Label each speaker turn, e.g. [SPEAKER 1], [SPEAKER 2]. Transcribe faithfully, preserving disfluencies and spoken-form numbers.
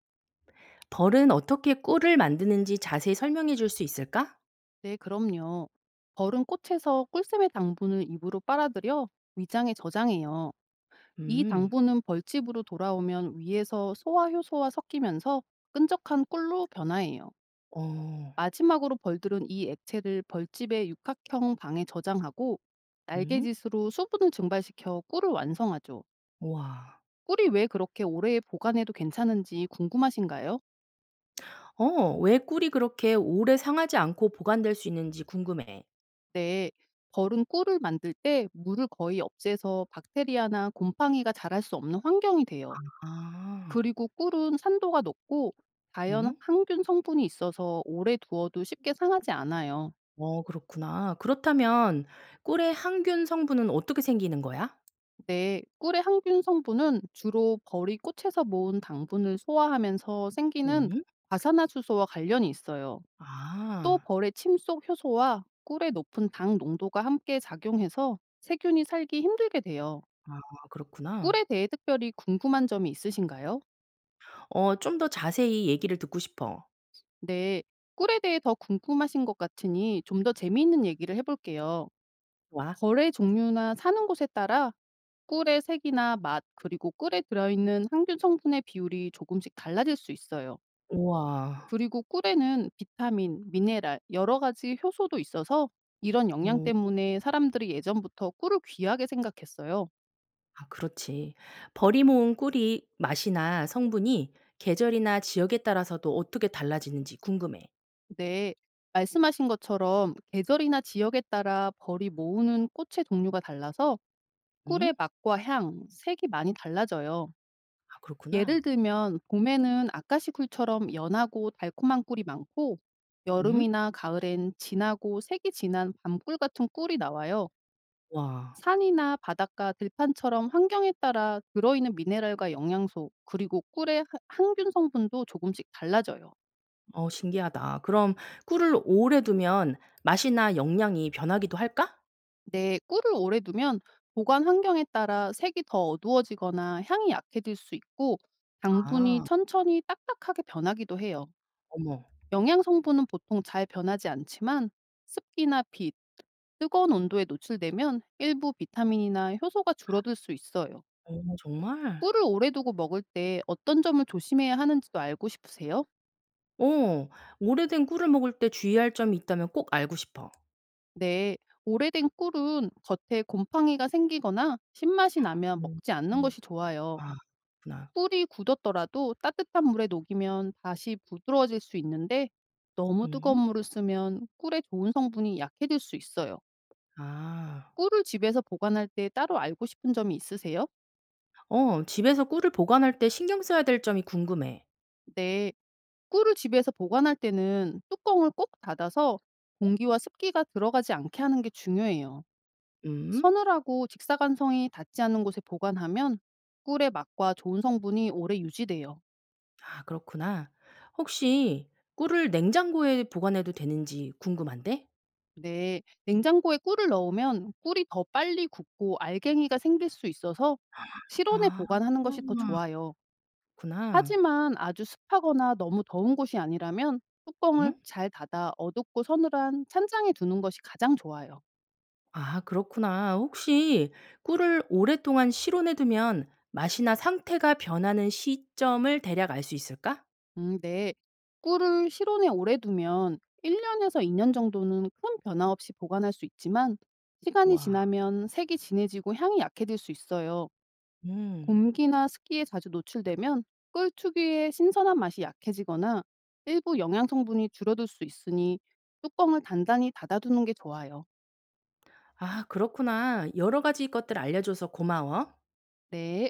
[SPEAKER 1] 벌은 어떻게 꿀을 만드는지 자세히 설명해 줄 수 있을까?
[SPEAKER 2] 네, 그럼요. 벌은 꽃에서 꿀샘의 당분을 입으로 빨아들여 위장에 저장해요. 이
[SPEAKER 1] 음.
[SPEAKER 2] 당분은 벌집으로 돌아오면 위에서 소화 효소와 섞이면서 끈적한 꿀로 변화해요.
[SPEAKER 1] 어.
[SPEAKER 2] 마지막으로 벌들은 이 액체를 벌집의 육각형 방에 저장하고
[SPEAKER 1] 음?
[SPEAKER 2] 날개짓으로 수분을 증발시켜 꿀을 완성하죠.
[SPEAKER 1] 우와.
[SPEAKER 2] 꿀이 왜 그렇게 오래 보관해도 괜찮은지 궁금하신가요?
[SPEAKER 1] 어 왜 꿀이 그렇게 오래 상하지 않고 보관될 수 있는지 궁금해.
[SPEAKER 2] 때 벌은 꿀을 만들 때 물을 거의 없애서 박테리아나 곰팡이가 자랄 수 없는 환경이 돼요.
[SPEAKER 1] 아.
[SPEAKER 2] 그리고 꿀은 산도가 높고 자연
[SPEAKER 1] 음?
[SPEAKER 2] 항균 성분이 있어서 오래 두어도 쉽게 상하지 않아요.
[SPEAKER 1] 어 그렇구나. 그렇다면 꿀의 항균 성분은 어떻게 생기는 거야?
[SPEAKER 2] 네, 꿀의 항균 성분은 주로 벌이 꽃에서 모은 당분을 소화하면서 생기는
[SPEAKER 1] 음?
[SPEAKER 2] 과산화수소와 관련이 있어요. 또
[SPEAKER 1] 아.
[SPEAKER 2] 벌의 침속 효소와 꿀의 높은 당 농도가 함께 작용해서 세균이 살기 힘들게 돼요.
[SPEAKER 1] 아 그렇구나.
[SPEAKER 2] 꿀에 대해 특별히 궁금한 점이 있으신가요?
[SPEAKER 1] 어 좀 더 자세히 얘기를 듣고 싶어.
[SPEAKER 2] 네. 꿀에 대해 더 궁금하신 것 같으니 좀 더 재미있는 얘기를 해볼게요.
[SPEAKER 1] 와.
[SPEAKER 2] 벌의 종류나 사는 곳에 따라 꿀의 색이나 맛, 그리고 꿀에 들어있는 항균 성분의 비율이 조금씩 달라질 수 있어요.
[SPEAKER 1] 우와.
[SPEAKER 2] 그리고 꿀에는 비타민, 미네랄, 여러 가지 효소도 있어서 이런 영양
[SPEAKER 1] 어.
[SPEAKER 2] 때문에 사람들이 예전부터 꿀을 귀하게 생각했어요.
[SPEAKER 1] 아 그렇지. 버리 모은 꿀이 맛이나 성분이 계절이나 지역에 따라서도 어떻게 달라지는지 궁금해.
[SPEAKER 2] 네. 말씀하신 것처럼 계절이나 지역에 따라 벌이 모으는 꽃의 종류가 달라서
[SPEAKER 1] 응?
[SPEAKER 2] 꿀의 맛과 향, 색이 많이 달라져요.
[SPEAKER 1] 아
[SPEAKER 2] 예를
[SPEAKER 1] 그렇구나.
[SPEAKER 2] 들면 봄에는 아카시 꿀처럼 연하고 달콤한 꿀이 많고
[SPEAKER 1] 음?
[SPEAKER 2] 여름이나 가을엔 진하고 색이 진한 밤꿀 같은 꿀이 나와요.
[SPEAKER 1] 와.
[SPEAKER 2] 산이나 바닷가 들판처럼 환경에 따라 들어있는 미네랄과 영양소 그리고 꿀의 하- 항균 성분도 조금씩 달라져요.
[SPEAKER 1] 어 신기하다. 그럼 꿀을 오래 두면 맛이나 영양이 변하기도 할까?
[SPEAKER 2] 네, 꿀을 오래 두면 보관 환경에 따라 색이 더 어두워지거나 향이 약해질 수 있고 당분이
[SPEAKER 1] 아.
[SPEAKER 2] 천천히 딱딱하게 변하기도 해요.
[SPEAKER 1] 어머.
[SPEAKER 2] 영양 성분은 보통 잘 변하지 않지만 습기나 빛, 뜨거운 온도에 노출되면 일부 비타민이나 효소가 줄어들 수 있어요.
[SPEAKER 1] 어 정말?
[SPEAKER 2] 꿀을 오래 두고 먹을 때 어떤 점을 조심해야 하는지도 알고 싶으세요?
[SPEAKER 1] 어. 오래된 꿀을 먹을 때 주의할 점이 있다면 꼭 알고 싶어.
[SPEAKER 2] 네. 오래된 꿀은 겉에 곰팡이가 생기거나 신맛이 나면
[SPEAKER 1] 음.
[SPEAKER 2] 먹지 않는
[SPEAKER 1] 음.
[SPEAKER 2] 것이 좋아요.
[SPEAKER 1] 아 그렇구나.
[SPEAKER 2] 꿀이 굳었더라도 따뜻한 물에 녹이면 다시 부드러워질 수 있는데 너무 뜨거운
[SPEAKER 1] 음.
[SPEAKER 2] 물을 쓰면 꿀의 좋은 성분이 약해질 수 있어요.
[SPEAKER 1] 아.
[SPEAKER 2] 꿀을 집에서 보관할 때 따로 알고 싶은 점이 있으세요?
[SPEAKER 1] 어 집에서 꿀을 보관할 때 신경 써야 될 점이 궁금해.
[SPEAKER 2] 네. 꿀을 집에서 보관할 때는 뚜껑을 꼭 닫아서 공기와 습기가 들어가지 않게 하는 게 중요해요.
[SPEAKER 1] 음.
[SPEAKER 2] 서늘하고 직사광선이 닿지 않는 곳에 보관하면 꿀의 맛과 좋은 성분이 오래 유지돼요.
[SPEAKER 1] 아 그렇구나. 혹시 꿀을 냉장고에 보관해도 되는지 궁금한데?
[SPEAKER 2] 네. 냉장고에 꿀을 넣으면 꿀이 더 빨리 굳고 알갱이가 생길 수 있어서 실온에
[SPEAKER 1] 아
[SPEAKER 2] 보관하는 것이 더 좋아요.
[SPEAKER 1] 그렇구나.
[SPEAKER 2] 하지만 아주 습하거나 너무 더운 곳이 아니라면 뚜껑을
[SPEAKER 1] 음?
[SPEAKER 2] 잘 닫아 어둡고 서늘한 찬장에 두는 것이 가장 좋아요.
[SPEAKER 1] 아 그렇구나. 혹시 꿀을 오랫동안 실온에 두면 맛이나 상태가 변하는 시점을 대략 알 수 있을까?
[SPEAKER 2] 음, 네. 꿀을 실온에 오래 두면 일 년에서 이 년 정도는 큰 변화 없이 보관할 수 있지만 시간이
[SPEAKER 1] 와
[SPEAKER 2] 지나면 색이 진해지고 향이 약해질 수 있어요.
[SPEAKER 1] 음.
[SPEAKER 2] 곰기나 습기에 자주 노출되면 꿀 특유의 신선한 맛이 약해지거나 일부 영양 성분이 줄어들 수 있으니 뚜껑을 단단히 닫아두는 게 좋아요.
[SPEAKER 1] 아 그렇구나. 여러 가지 것들 알려줘서 고마워.
[SPEAKER 2] 네.